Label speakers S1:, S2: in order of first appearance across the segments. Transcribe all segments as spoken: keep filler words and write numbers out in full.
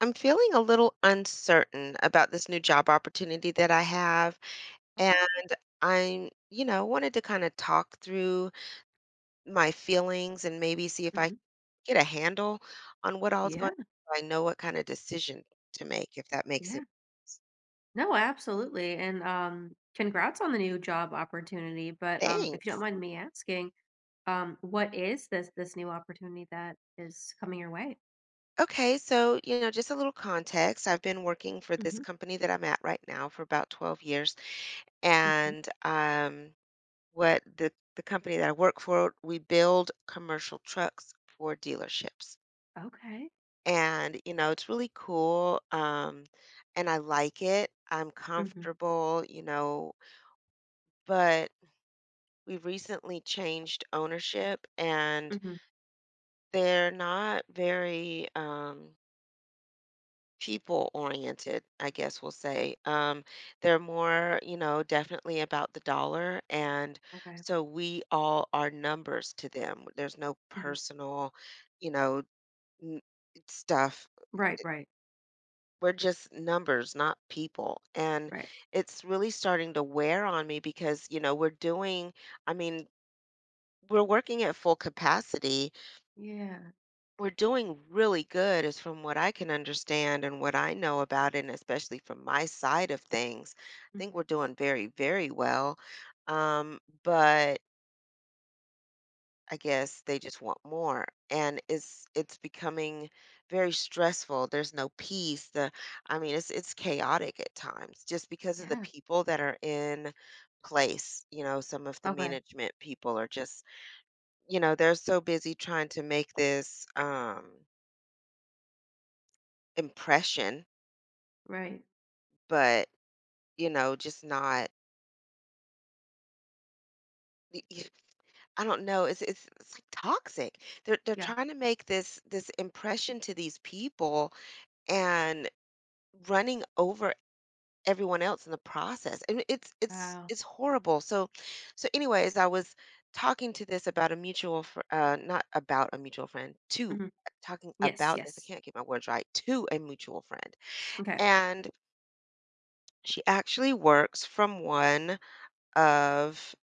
S1: I'm feeling a little uncertain about this new job opportunity that I have. And
S2: Okay.
S1: I'm, you know, wanted to kind of talk through my feelings and maybe see if I
S2: Mhm.
S1: get a handle on what all's
S2: Yeah,
S1: going on. So I know what kind of decision to make, if that makes sense.
S2: yeah. No, absolutely. And um, congrats on the new job opportunity. But um, if you don't
S1: Thanks.
S2: mind me asking, um, what is this this new opportunity that is coming your way?
S1: Okay, so, you know, just a little context. I've been working for this
S2: Hmm.
S1: company that I'm at right now for about twelve years.
S2: Hmm.
S1: And um what the the company that I work for, we build commercial trucks for dealerships.
S2: Okay.
S1: And, you know, it's really cool. Um, and I like it. I'm
S2: Hmm.
S1: comfortable, you know, but we recently changed ownership and
S2: Hmm.
S1: they're not very um people oriented, I guess we'll say. Um, they're more, you know, definitely about the dollar. And
S2: Okay.
S1: so we all are numbers to them. There's no
S2: Hmm.
S1: personal, you know, n- stuff.
S2: Right. Right.
S1: We're just numbers, not people. And
S2: Right.
S1: it's really starting to wear on me because, you know, we're doing, I mean, we're working at full capacity.
S2: Yeah.
S1: We're doing really good, is from what I can understand and what I know about it, and especially from my side of things. I think
S2: Hmm.
S1: we're doing very, very well. Um, but I guess they just want more. And it's it's becoming very stressful. There's no peace. The I mean, it's it's chaotic at times just because of the
S2: Yeah.
S1: people that are in place. You know, some of the
S2: Okay.
S1: management people are just, you know, they're so busy trying to make this um impression
S2: Right.
S1: but you know, just not. Y- y- I don't know. It's it's, it's like toxic. They're they're
S2: Yeah.
S1: trying to make this this impression to these people and running over everyone else in the process. And it's it's
S2: Wow.
S1: it's horrible. So so anyways, I was talking to this about a mutual fr- uh not about a mutual friend to
S2: Hmm.
S1: talking
S2: Yes.
S1: about this. I
S2: Yes.
S1: can't get my words right, to a mutual friend.
S2: Okay.
S1: And she actually works from one of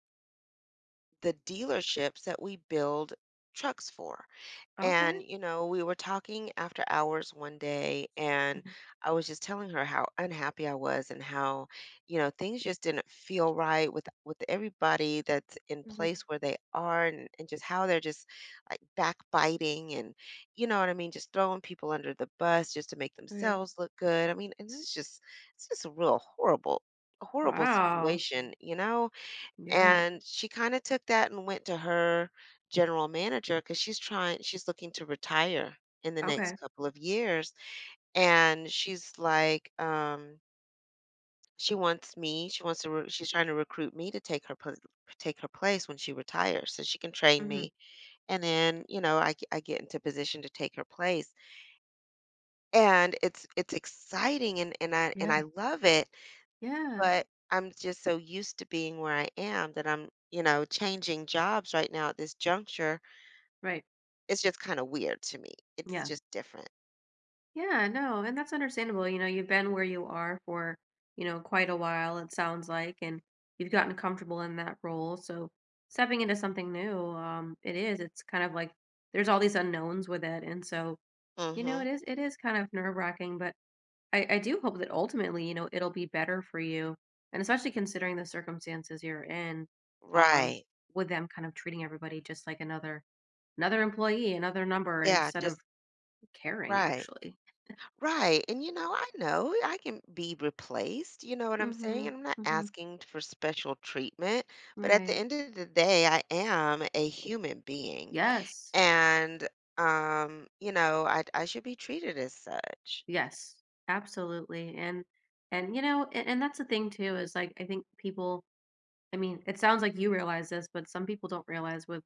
S1: the dealerships that we build trucks for.
S2: Okay.
S1: And, you know, we were talking after hours one day, and
S2: Hmm.
S1: I was just telling her how unhappy I was and how, you know, things just didn't feel right with with everybody that's in
S2: Hmm.
S1: place where they are and, and just how they're just like backbiting and you know what I mean, just throwing people under the bus just to make
S2: Right.
S1: themselves look good. I mean, and this is just it's just a real horrible horrible
S2: Wow.
S1: situation, you know?
S2: Yeah.
S1: And she kinda took that and went to her general manager because she's trying she's looking to retire in the next
S2: Okay.
S1: couple of years, and she's like, um, she wants me she wants to re she's trying to recruit me to take her pla take her place when she retires so she can train
S2: Hmm.
S1: me, and then, you know, I g I get into position to take her place, and it's it's exciting and and I and
S2: Yeah.
S1: I love it.
S2: Yeah.
S1: But I'm just so used to being where I am that I'm, you know, changing jobs right now at this juncture.
S2: Right.
S1: It's just kind of weird to me. It's
S2: Yeah.
S1: just different.
S2: Yeah, no, and that's understandable. You know, you've been where you are for, you know, quite a while, it sounds like, and you've gotten comfortable in that role. So stepping into something new, um, it is, it's kind of like there's all these unknowns with it. And so, you know,
S1: Hmm.
S2: it is it is kind of nerve wracking, but I, I do hope that ultimately, you know, it'll be better for you. And especially considering the circumstances you're in, um,
S1: Right.
S2: with them kind of treating everybody just like another another employee, another number
S1: Yeah.
S2: instead of
S1: Just
S2: caring
S1: right.
S2: actually.
S1: Right. And you know, I know I can be replaced, you know what I'm saying? And
S2: Mhm,
S1: I'm not
S2: mhm,
S1: asking for special treatment, but at the
S2: right.
S1: end of the day, I am a human being.
S2: Yes,
S1: And um, you know, I I should be treated as such.
S2: yes, absolutely, and and, you know, and and that's the thing too is, like, I think people I mean, it sounds like you realize this, but some people don't realize with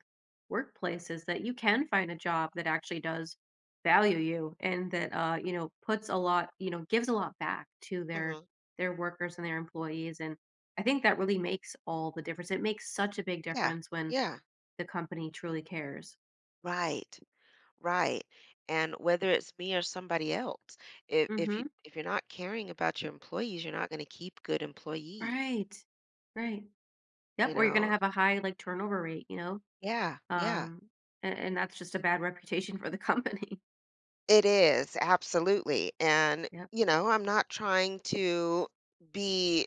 S2: workplaces that you can find a job that actually does value you and that, uh, you know, puts a lot you know, gives a lot back to their
S1: Mhm.
S2: their workers and their employees, and I think that really makes all the difference. It makes such a big
S1: Yeah.
S2: difference when
S1: Yeah.
S2: the company truly cares.
S1: Right. Right. And whether it's me or somebody else, if if you
S2: Mhm,
S1: if you're not caring about your employees, you're not going to keep good employees,
S2: right, right. Yep,
S1: you
S2: or you're gonna
S1: know?
S2: have a high, like, turnover rate, you know?
S1: Yeah. Yeah.
S2: Um, and and that's just a bad reputation for the company.
S1: It is, absolutely. And,
S2: Yep,
S1: you know, I'm not trying to be,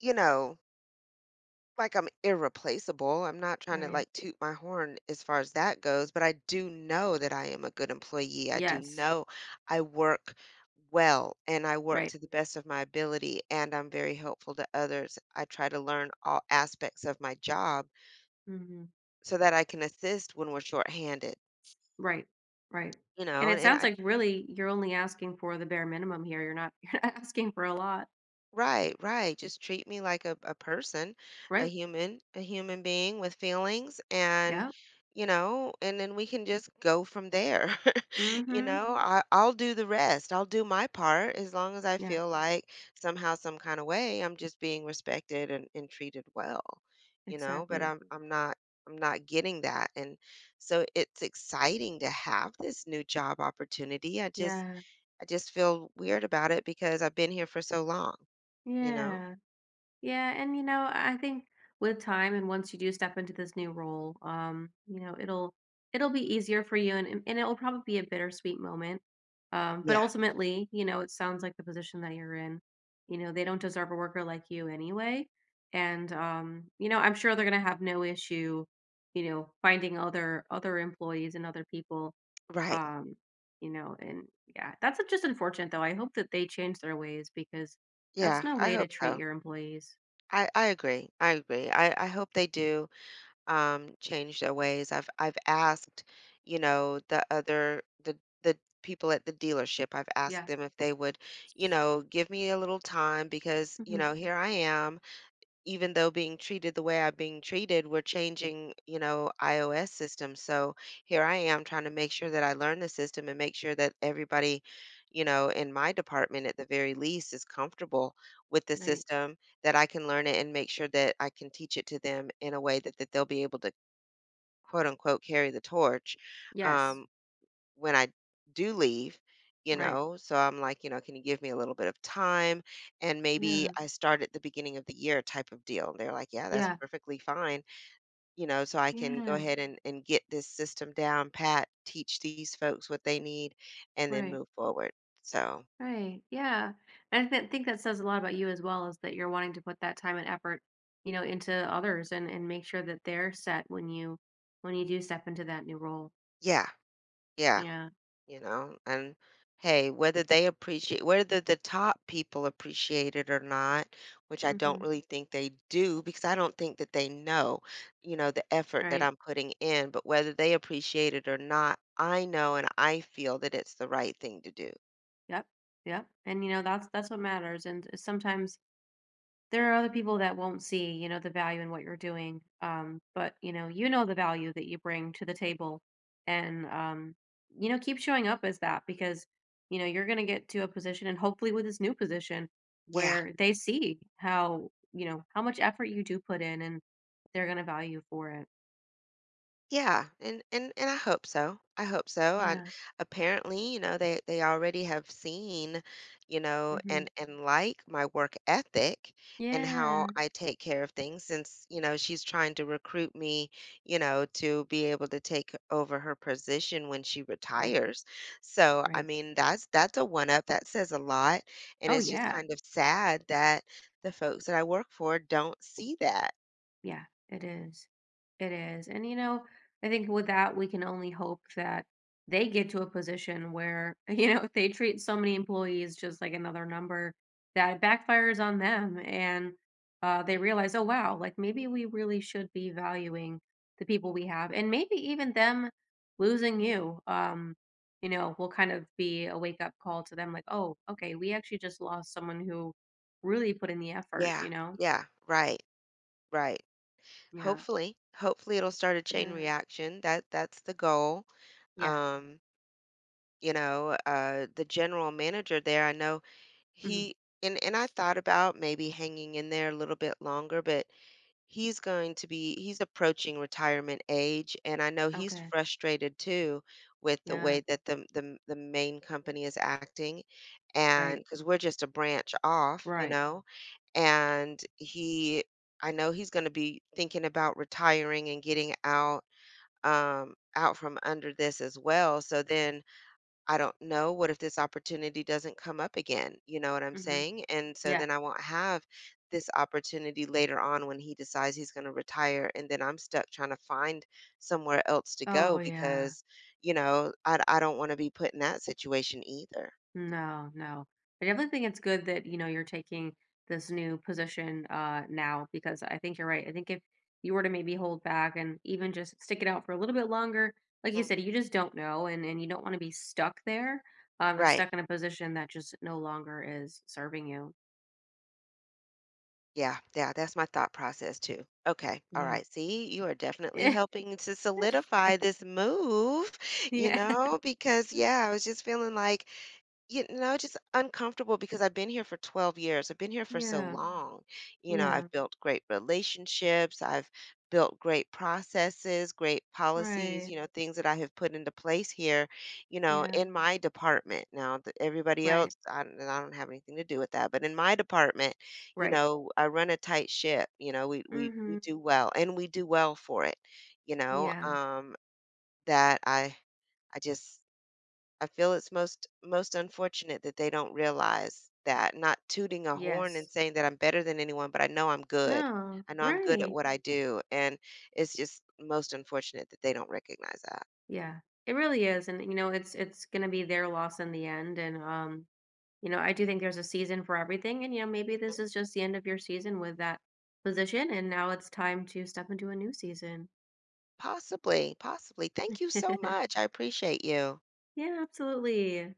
S1: you know, like I'm irreplaceable. I'm not trying to
S2: right.
S1: like toot my horn as far as that goes, but I do know that I am a good employee. I do
S2: Yes,
S1: know I work well and I work
S2: right.
S1: to the best of my ability and I'm very helpful to others. I try to learn all aspects of my job
S2: Mhm.
S1: so that I can assist when we're shorthanded,
S2: Right, right.
S1: you
S2: And
S1: know,
S2: it
S1: and, and
S2: sounds
S1: I
S2: like really you're only asking for the bare minimum here, you're not you're not asking for a lot,
S1: right, right. Just treat me like a, a person, a
S2: right?
S1: human, a human being with feelings and
S2: Yep.
S1: you know, and then we can just go from there. You
S2: Mhm.
S1: know, I, I'll do the rest. I'll do my part as long as I
S2: Yeah,
S1: feel like somehow, some kind of way, I'm just being respected and, and treated well, you know, but
S2: exactly.
S1: I'm I'm not I'm not getting that. And so it's exciting to have this new job opportunity. I just
S2: Yeah,
S1: I just feel weird about it because I've been here for so long, you know?
S2: yeah. Yeah, and you know, I think with time and once you do step into this new role, um, you know, it'll it'll be easier for you and and and it'll probably be a bittersweet moment. Um, but
S1: Yeah.
S2: ultimately, you know, it sounds like the position that you're in, you know, they don't deserve a worker like you anyway. And um, you know, I'm sure they're gonna have no issue, you know, finding other other employees and other people.
S1: Right.
S2: Um, you know, and yeah, that's just unfortunate though. I hope that they change their ways because that's
S1: Yeah,
S2: no
S1: I
S2: way to
S1: hope
S2: treat
S1: so.
S2: your employees.
S1: I, I agree. I agree. I, I hope they do um change their ways. I've I've asked, you know, the other the the people at the dealership, I've asked
S2: Yeah.
S1: them if they would, you know, give me a little time because, you
S2: Mhm.
S1: know, here I am. Even though being treated the way I'm being treated, we're changing, you know, iOS system. So here I am trying to make sure that I learn the system and make sure that everybody, you know, in my department at the very least is comfortable with the
S2: Right.
S1: system, that I can learn it and make sure that I can teach it to them in a way that, that they'll be able to quote unquote carry the torch.
S2: Yes.
S1: Um, when I do leave, you
S2: Right.
S1: know? So I'm like, you know, can you give me a little bit of time? And maybe
S2: Yeah.
S1: I start at the beginning of the year type of deal. They're like, yeah, that's
S2: Yeah.
S1: perfectly fine, you know, so I can go
S2: Yeah.
S1: ahead and, and get this system down pat, teach these folks what they need, and then
S2: Right.
S1: move forward. So,
S2: Right. Yeah. And I th- think that says a lot about you as well is that you're wanting to put that time and effort, you know, into others and and make sure that they're set when you when you do step into that new role.
S1: yeah, yeah.
S2: Yeah.
S1: You know and hey whether they appreciate, whether the top people appreciate it or not, which I don't
S2: Mhm.
S1: really think they do because I don't think that they know, you know, the effort that
S2: Right.
S1: I'm putting in, but whether they appreciate it or not, I know and I feel that it's the right thing to do.
S2: Yep. Yep. And you know that's that's what matters. And sometimes there are other people that won't see, you know, the value in what you're doing, um, but, you know, you know the value that you bring to the table and, um, you know, keep showing up as that because, you know, you're gonna get to a position and hopefully with this new position
S1: Yeah.
S2: where they see how, you know, how much effort you do put in and they're gonna value you for it.
S1: Yeah, and and and I hope so. I hope so. And
S2: Yeah.
S1: apparently, you know, they they already have seen, you know,
S2: Mhm.
S1: and and like my work ethic and how
S2: Yeah.
S1: I take care of things since, you know, she's trying to recruit me, you know, to be able to take over her position when she
S2: Right.
S1: retires. So, I
S2: Right.
S1: mean, that's that's a one up. That says a lot, and
S2: Oh,
S1: it's just
S2: yeah.
S1: kind of sad that the folks that I work for don't see that.
S2: Yeah, it is. It is. And, you know, I think with that, we can only hope that they get to a position where, you know, if they treat so many employees just like another number, that it backfires on them and uh, they realize, oh, wow, like maybe we really should be valuing the people we have. And maybe even them losing you, um, you know, will kind of be a wake up call to them like, oh, okay, we actually just lost someone who really put in the effort,
S1: Yeah.
S2: you know?
S1: Yeah, right. Right.
S2: Yeah.
S1: Hopefully, hopefully it'll start a chain
S2: Yeah.
S1: reaction. That that's the goal.
S2: Yeah.
S1: Um, you know, uh, the general manager there, I know
S2: Mhm.
S1: he, and and I thought about maybe hanging in there a little bit longer, but he's going to be he's approaching retirement age, and I know he's
S2: Okay.
S1: frustrated too with the
S2: Yeah.
S1: way that the the the main company is acting, and
S2: Right.
S1: because we're just a branch off, you
S2: Right.
S1: know, and he, I know he's going to be thinking about retiring and getting out, um out from under this as well. So then I don't know, what if this opportunity doesn't come up again? You know what I'm
S2: Hmm.
S1: saying? And so
S2: Yeah.
S1: then I won't have this opportunity later on when he decides he's going to retire and then I'm stuck trying to find somewhere else to
S2: Oh,
S1: go
S2: yeah.
S1: because you know I I don't want to be put in that situation either.
S2: No, no. I definitely think it's good that, you know, you're taking this new position uh now because I think you're right. I think if you were to maybe hold back and even just stick it out for a little bit longer, like you
S1: Mm.
S2: said, you just don't know and and you don't want to be stuck there um and
S1: Right.
S2: stuck in a position that just no longer is serving you.
S1: Yeah, yeah, that's my thought process too. Okay, all
S2: Yeah.
S1: right. See, you are definitely helping to solidify this move, you
S2: Yeah.
S1: know, because yeah, I was just feeling like you know, just uncomfortable because I've been here for twelve years. I've been here for so Mm.
S2: Yeah.
S1: long. You know, I've
S2: Yeah.
S1: built great relationships. I've built great processes, great policies,
S2: Right.
S1: you know, things that I have put into place here, you know,
S2: Yeah.
S1: in my department. Now, th- everybody
S2: Right.
S1: else, I, don't- I don't have anything to do with that, but in my department, you
S2: Right.
S1: know, I run a tight ship. You know, we we we
S2: Mhm.
S1: do well and we do well for it, you know,
S2: Yeah.
S1: um that I I just I feel it's most most unfortunate that they don't realize that. Not tooting a horn
S2: Yes.
S1: and saying that I'm better than anyone, but I know I'm good.
S2: No.
S1: I know I'm good at
S2: Right.
S1: what I do, and it's just most unfortunate that they don't recognize that.
S2: Yeah. It really is, and you know, it's it's gonna be their loss in the end. And um, you know, I do think there's a season for everything, and you know, maybe this
S1: Mhm.
S2: is just the end of your season with that position, and now it's time to step into a new season.
S1: Possibly, possibly. Thank you so much. I appreciate you.
S2: Yeah, absolutely.